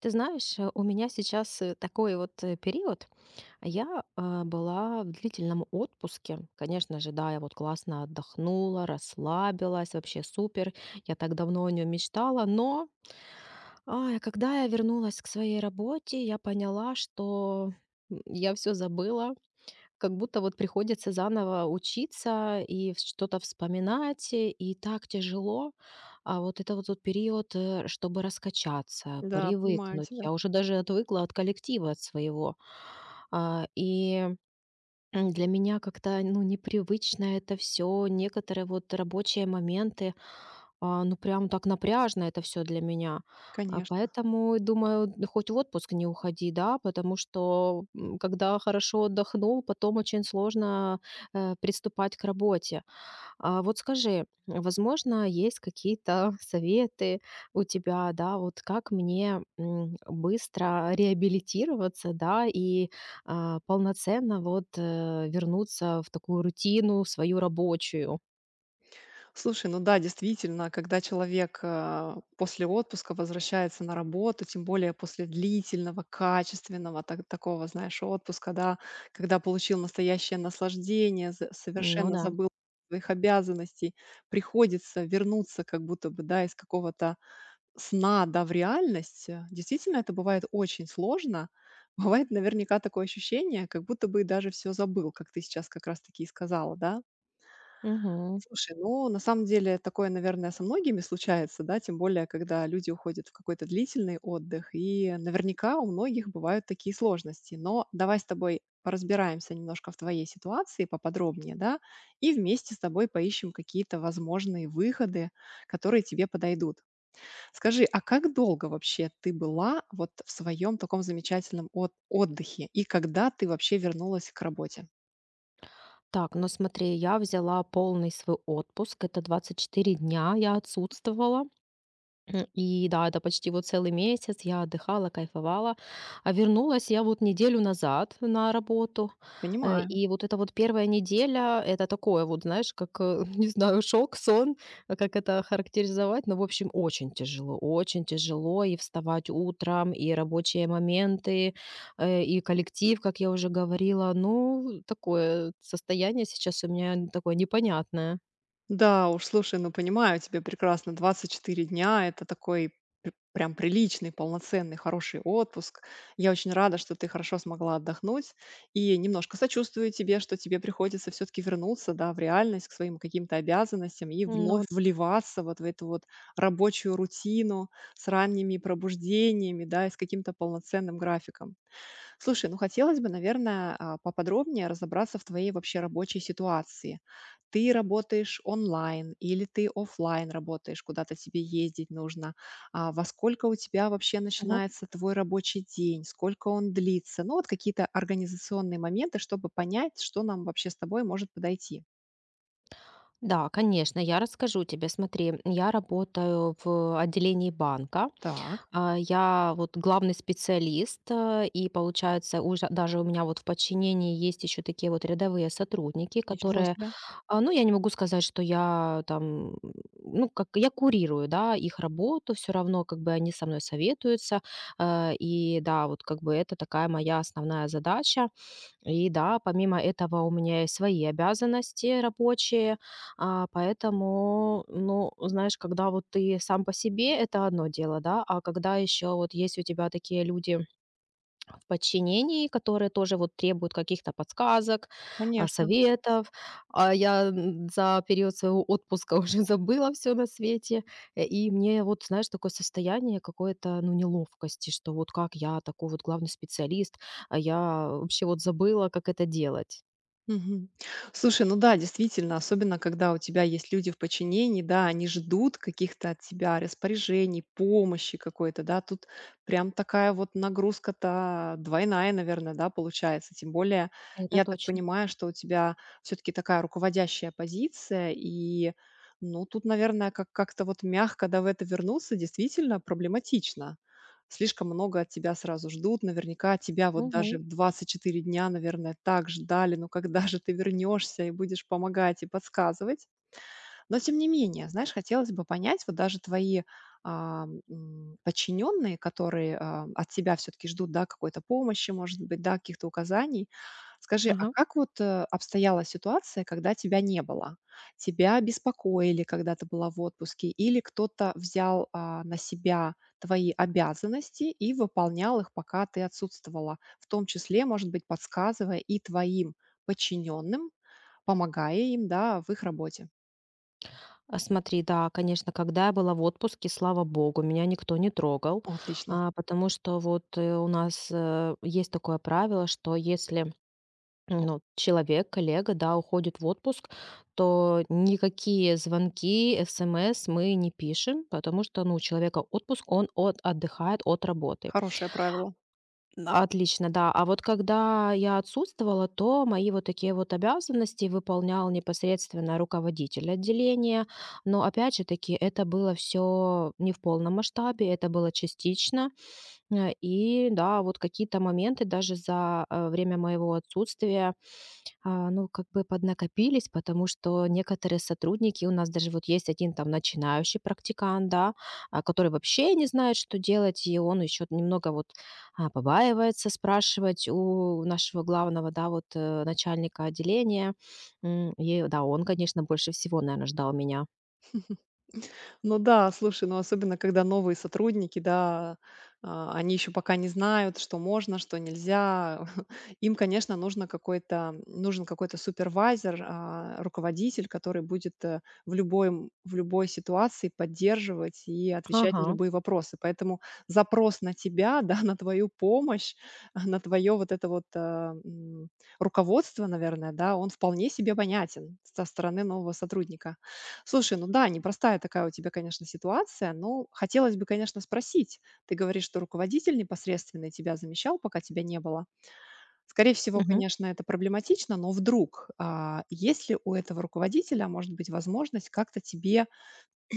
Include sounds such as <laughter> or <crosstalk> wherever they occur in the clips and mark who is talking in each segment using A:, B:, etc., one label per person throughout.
A: Ты знаешь, у меня сейчас такой вот период. Я была в длительном отпуске. Конечно же, да, я вот классно отдохнула, расслабилась, вообще супер. Я так давно о нем мечтала. Но когда я вернулась к своей работе, я поняла, что я все забыла, как будто вот приходится заново учиться и вс что-то вспоминать, и так тяжело. А вот это вот тот период, чтобы раскачаться,
B: Да, понимаю
A: привыкнуть.
B: тебя,
A: Я уже даже отвыкла от коллектива от своего. А, и, Для меня как-то, ну, непривычно это все. Некоторые вот рабочие моменты ну, прям так напряжно это все для меня.
B: конечно.
A: Поэтому, думаю, д хоть в отпуск не уходи, да, потому что, когда хорошо отдохнул, потом очень сложно приступать к работе. А вот скажи, возможно, есть какие-то <laughs> советы у тебя, да, вот как мне, быстро реабилитироваться, да, и полноценно вот, вернуться в такую рутину свою рабочую?
B: Слушай, ну да, действительно, когда человек после отпуска возвращается на работу, тем более после длительного, качественного такого, знаешь, отпуска, да, когда получил настоящее наслаждение,
A: Ну
B: совершенно
A: да.
B: забыл своих обязанностей, приходится вернуться как будто бы, да, из какого-то сна, да, в реальность. Действительно, это бывает очень сложно. <laughs> Бывает наверняка такое ощущение, как будто бы даже все забыл, как ты сейчас как раз-таки и сказала, да?
A: Мгм.
B: Слушай, ну, на самом деле такое, наверное, со многими случается, да, тем более, когда люди уходят в какой-то длительный отдых, и наверняка у многих бывают такие сложности. Но давай с тобой поразбираемся немножко в твоей ситуации поподробнее, да, и вместе с тобой поищем какие-то возможные выходы, которые тебе подойдут. Скажи, а как долго вообще ты была вот в своем таком замечательном отдыхе, и когда ты вообще вернулась к работе?
A: Так, ну смотри, я взяла полный свой отпуск. Это 24 дня я отсутствовала. И да, это почти вот целый месяц я отдыхала, кайфовала. А вернулась я вот неделю назад на работу.
B: Понимаю.
A: И вот эта вот первая неделя — это такое вот, знаешь, как, <laughs> не знаю, шок, сон, как это характеризовать. Но, в общем, очень тяжело и вставать утром, и рабочие моменты, и коллектив, как я уже говорила. Ну, такое состояние сейчас у меня такое непонятное.
B: Да уж, слушай, ну понимаю тебя прекрасно. 24 дня — это такой пр прям приличный, полноценный, хороший отпуск. Я очень рада, что ты хорошо смогла отдохнуть, и немножко сочувствую тебе, что тебе приходится все таки вернуться, да, в реальность, к своим каким-то обязанностям и вновь
A: Ну
B: вливаться вот в эту вот рабочую рутину с ранними пробуждениями, да, и с каким-то полноценным графиком. Слушай, ну хотелось бы, наверное, поподробнее разобраться в твоей вообще рабочей ситуации. Ты работаешь онлайн или ты оффлайн работаешь, куда-то тебе ездить нужно? А во сколько у тебя вообще
A: вот.
B: начинается твой рабочий день? Сколько он длится? Ну вот какие-то организационные моменты, чтобы понять, что нам вообще с тобой может подойти.
A: Да, конечно, я расскажу тебе. Смотри, я работаю в отделении банка.
B: Так,
A: Я вот главный специалист, и получается, уже даже у меня вот в подчинении есть еще такие вот рядовые сотрудники,
B: ничего
A: которые,
B: себе.
A: ну, я не могу сказать, что я там, ну, как я курирую, да, их работу, все равно как бы они со мной советуются, и да, вот как бы это такая моя основная задача. И да, помимо этого у меня есть свои обязанности рабочие, поэтому, ну, знаешь, когда вот ты сам по себе, это одно дело, да, а когда еще вот есть у тебя такие люди, в подчинении, которые тоже вот требуют каких-то подсказок,
B: Конечно.
A: советов. А я за период своего отпуска <laughs> уже забыла все на свете. И мне вот, знаешь, такое состояние какой-то, ну, неловкости, что вот как я такой вот главный специалист, а я вообще вот забыла, как это делать.
B: Мгм. Слушай, ну да, действительно, особенно когда у тебя есть люди в подчинении, да, они ждут каких-то от тебя распоряжений, помощи какой-то, да, тут прям такая вот нагрузка-то двойная, наверное, да, получается. Тем более,
A: Это
B: я так
A: точно.
B: понимаю, что у тебя все-таки такая руководящая позиция, и, ну, тут, наверное, как-то вот мягко, да, в это вернуться действительно проблематично. Слишком много от тебя сразу ждут. Наверняка тебя вот даже
A: Мгм.
B: в 24 дня, наверное, так ждали. Ну когда же ты вернешься и будешь помогать и подсказывать? Но тем не менее, знаешь, хотелось бы понять, вот даже твои, подчиненные, которые, от тебя все-таки ждут, да, какой-то помощи, может быть, да, каких-то указаний. Скажи, а
A: Ага.
B: как вот, обстояла ситуация, когда тебя не было? Тебя беспокоили, когда ты была в отпуске, или кто-то взял, на себя твои обязанности и выполнял их, пока ты отсутствовала, в том числе, может быть, подсказывая и твоим подчиненным, помогая им, да, в их работе?
A: Смотри, да, конечно, когда я была в отпуске, слава богу, меня никто не трогал,
B: Отлично.
A: потому что вот у нас есть такое правило, что если, ну, человек, коллега, да, уходит в отпуск, то никакие звонки, смс мы не пишем, потому что, ну, у человека отпуск, он отдыхает от работы.
B: Хорошее правило.
A: Да. Отлично, да. А вот когда я отсутствовала, то мои вот такие вот обязанности выполнял непосредственно руководитель отделения, но, опять же таки, это было все не в полном масштабе, это было частично. Да, вот какие-то моменты даже за время моего отсутствия ну, как бы поднакопились, потому что некоторые сотрудники, у нас даже вот есть один там начинающий практикант, да, который вообще не знает, что делать, и он еще немного вот побаивается спрашивать у нашего главного, да, вот начальника отделения. И да, он, конечно, больше всего, наверное, ждал меня.
B: Ну да, слушай, ну особенно когда новые сотрудники, да, они еще пока не знают, что можно, что нельзя. <laughs> Им, конечно, нужно какой-то, нужен какой-то супервайзер, руководитель, который будет в любой, в любой ситуации поддерживать и отвечать на
A: Ага.
B: любые вопросы. Поэтому запрос на тебя, <laughs> да, на твою помощь, <laughs> на твое вот это вот руководство, наверное, да, он вполне себе понятен со стороны нового сотрудника. Слушай, ну да, непростая такая у тебя, конечно, ситуация. Но хотелось бы, конечно, спросить. Ты говоришь, что руководитель непосредственно тебя замещал, пока тебя не было. Скорее всего,
A: Мгм.
B: конечно, это проблематично, но вдруг, есть ли у этого руководителя, может быть, возможность как-то тебе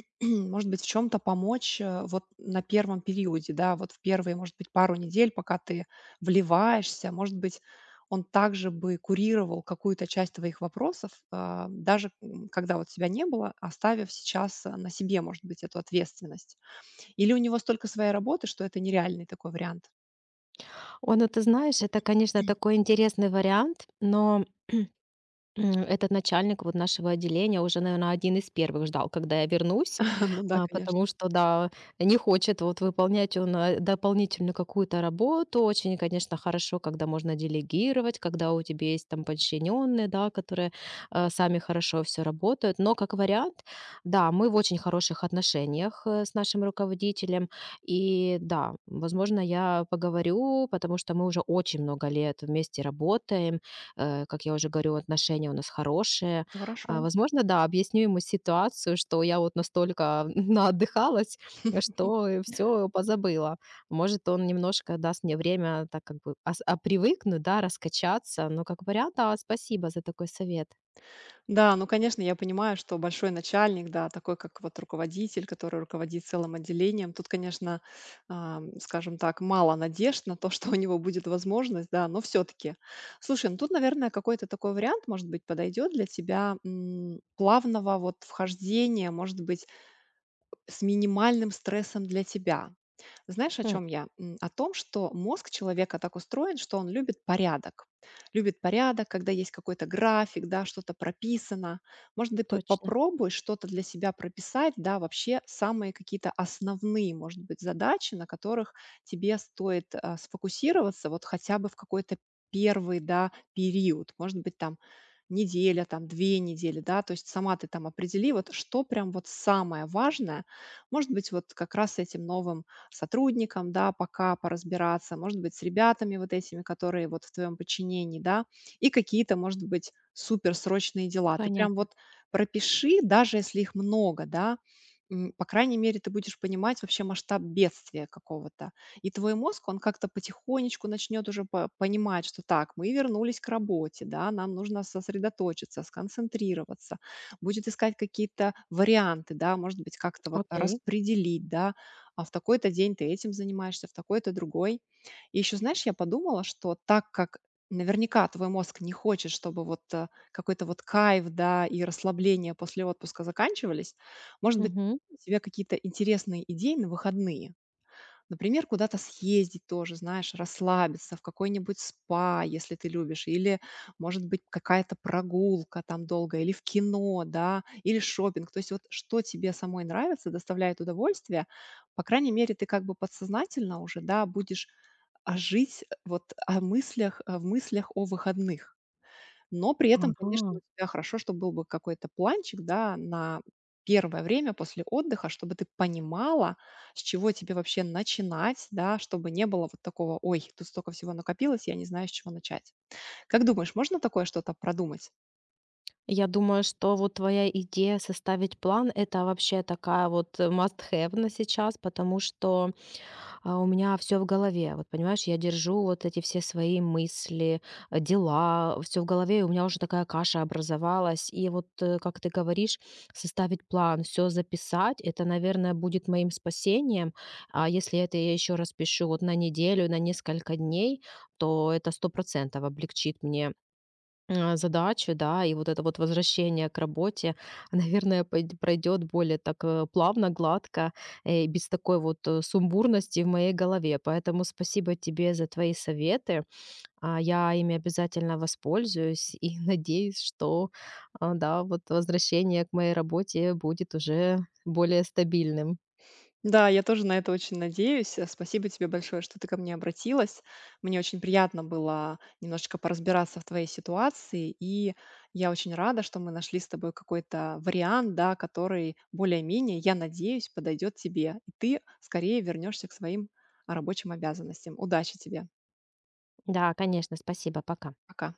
B: <clears throat> может быть, в чем то помочь, вот на первом периоде, да, вот в первые, может быть, пару недель, пока ты вливаешься. Может быть, он также бы курировал какую-то часть твоих вопросов, даже, когда вот тебя не было, оставив сейчас, на себе, может быть, эту ответственность. Или у него столько своей работы, что это нереальный такой вариант?
A: О, ну ты знаешь, это, конечно, такой интересный вариант, но этот начальник вот нашего отделения уже, наверное, один из первых ждал, когда я вернусь,
B: <laughs> Ну да, конечно.
A: потому что, да, не хочет вот выполнять он дополнительную какую-то работу. Очень, конечно, хорошо, когда можно делегировать, когда у тебя есть там подчиненные, да, которые сами хорошо все работают. Но как вариант, да, мы в очень хороших отношениях с нашим руководителем. И да, возможно, я поговорю, потому что мы уже очень много лет вместе работаем, как я уже говорю, отношения у нас хорошие.
B: Это хорошо.
A: Возможно, да, объясню ему ситуацию, что я вот настолько <laughs> наотдыхалась, что все позабыла. Может, он немножко даст мне время так как бы привыкнуть, да, раскачаться. Но как вариант, да, спасибо за такой совет.
B: Да, ну, конечно, я понимаю, что большой начальник, да, такой как вот руководитель, который руководит целым отделением, тут, конечно, скажем так, мало надежд на то, <laughs> что у него будет возможность, да, но все-таки. Слушай, ну тут, наверное, какой-то такой вариант, может быть, подойдет для тебя плавного вот вхождения, может быть, с минимальным стрессом для тебя. Знаешь, о
A: М,
B: чем я? О том, что мозг человека так устроен, что он любит порядок. Любит порядок, когда есть какой-то график, да, что-то прописано. Может, ты
A: Точно,
B: попробуй что-то для себя прописать, да, вообще самые какие-то основные, может быть, задачи, на которых тебе стоит сфокусироваться вот хотя бы в какой-то первый, да, период. Может быть, там неделя, там две недели, да, то есть сама ты там определи, вот что прям вот самое важное, может быть, вот как раз с этим новым сотрудником, да, пока поразбираться, может быть, с ребятами вот этими, которые вот в твоем подчинении, да, и какие-то, может быть, суперсрочные дела. Ты прям
A: понятно.
B: вот пропиши, даже если их много, да, по крайней мере, ты будешь понимать вообще масштаб бедствия какого-то. И твой мозг, он как-то потихонечку начнет уже понимать, что так, мы вернулись к работе, да, нам нужно сосредоточиться, сконцентрироваться будет искать какие-то варианты, да, может быть, как-то вот
A: Окей.
B: распределить, да, а в такой-то день ты этим занимаешься, в такой-то другой. И еще, знаешь, я подумала, что так как наверняка твой мозг не хочет, чтобы вот какой-то вот кайф, да, и расслабление после отпуска заканчивались, может быть,
A: Мгм.
B: у тебя какие-то интересные идеи на выходные, например, куда-то съездить тоже, знаешь, расслабиться в какой-нибудь спа, если ты любишь, или, может быть, какая-то прогулка там долгая, или в кино, да, или шопинг. То есть вот что тебе самой нравится, доставляет удовольствие, по крайней мере, ты как бы подсознательно уже, да, будешь жить вот о мыслях, в мыслях о выходных. Но при этом,
A: Ага.
B: конечно, у тебя хорошо, чтобы был бы какой-то планчик, да, на первое время после отдыха, чтобы ты понимала, с чего тебе вообще начинать, да, чтобы не было вот такого: "Ой, тут столько всего накопилось, я не знаю, с чего начать". Как думаешь, можно такое что-то продумать?
A: Я думаю, что вот твоя идея составить план — это вообще такая вот must-have на сейчас, потому что у меня все в голове. Вот понимаешь, я держу вот эти все свои мысли, дела, все в голове, и у меня уже такая каша образовалась. И вот, как ты говоришь, составить план, все записать — это, наверное, будет моим спасением. А если это я еще распишу вот на неделю, на несколько дней, то это сто процентов облегчит мне задачи, да, и вот это вот возвращение к работе, <laughs> наверное, пройдет более так плавно, гладко, и без такой вот сумбурности в моей голове. Поэтому спасибо тебе за твои советы. Я ими обязательно воспользуюсь и <laughs> надеюсь, что, да, вот возвращение к моей работе будет уже более стабильным.
B: Да, я тоже на это очень надеюсь. Спасибо тебе большое, что ты ко мне обратилась. Мне очень приятно было немножечко поразбираться в твоей ситуации, и я очень рада, что мы нашли с тобой какой-то вариант, да, который более-менее, я надеюсь, подойдет тебе, и ты скорее вернешься к своим рабочим обязанностям. Удачи тебе.
A: Да, конечно, спасибо, пока.
B: Пока.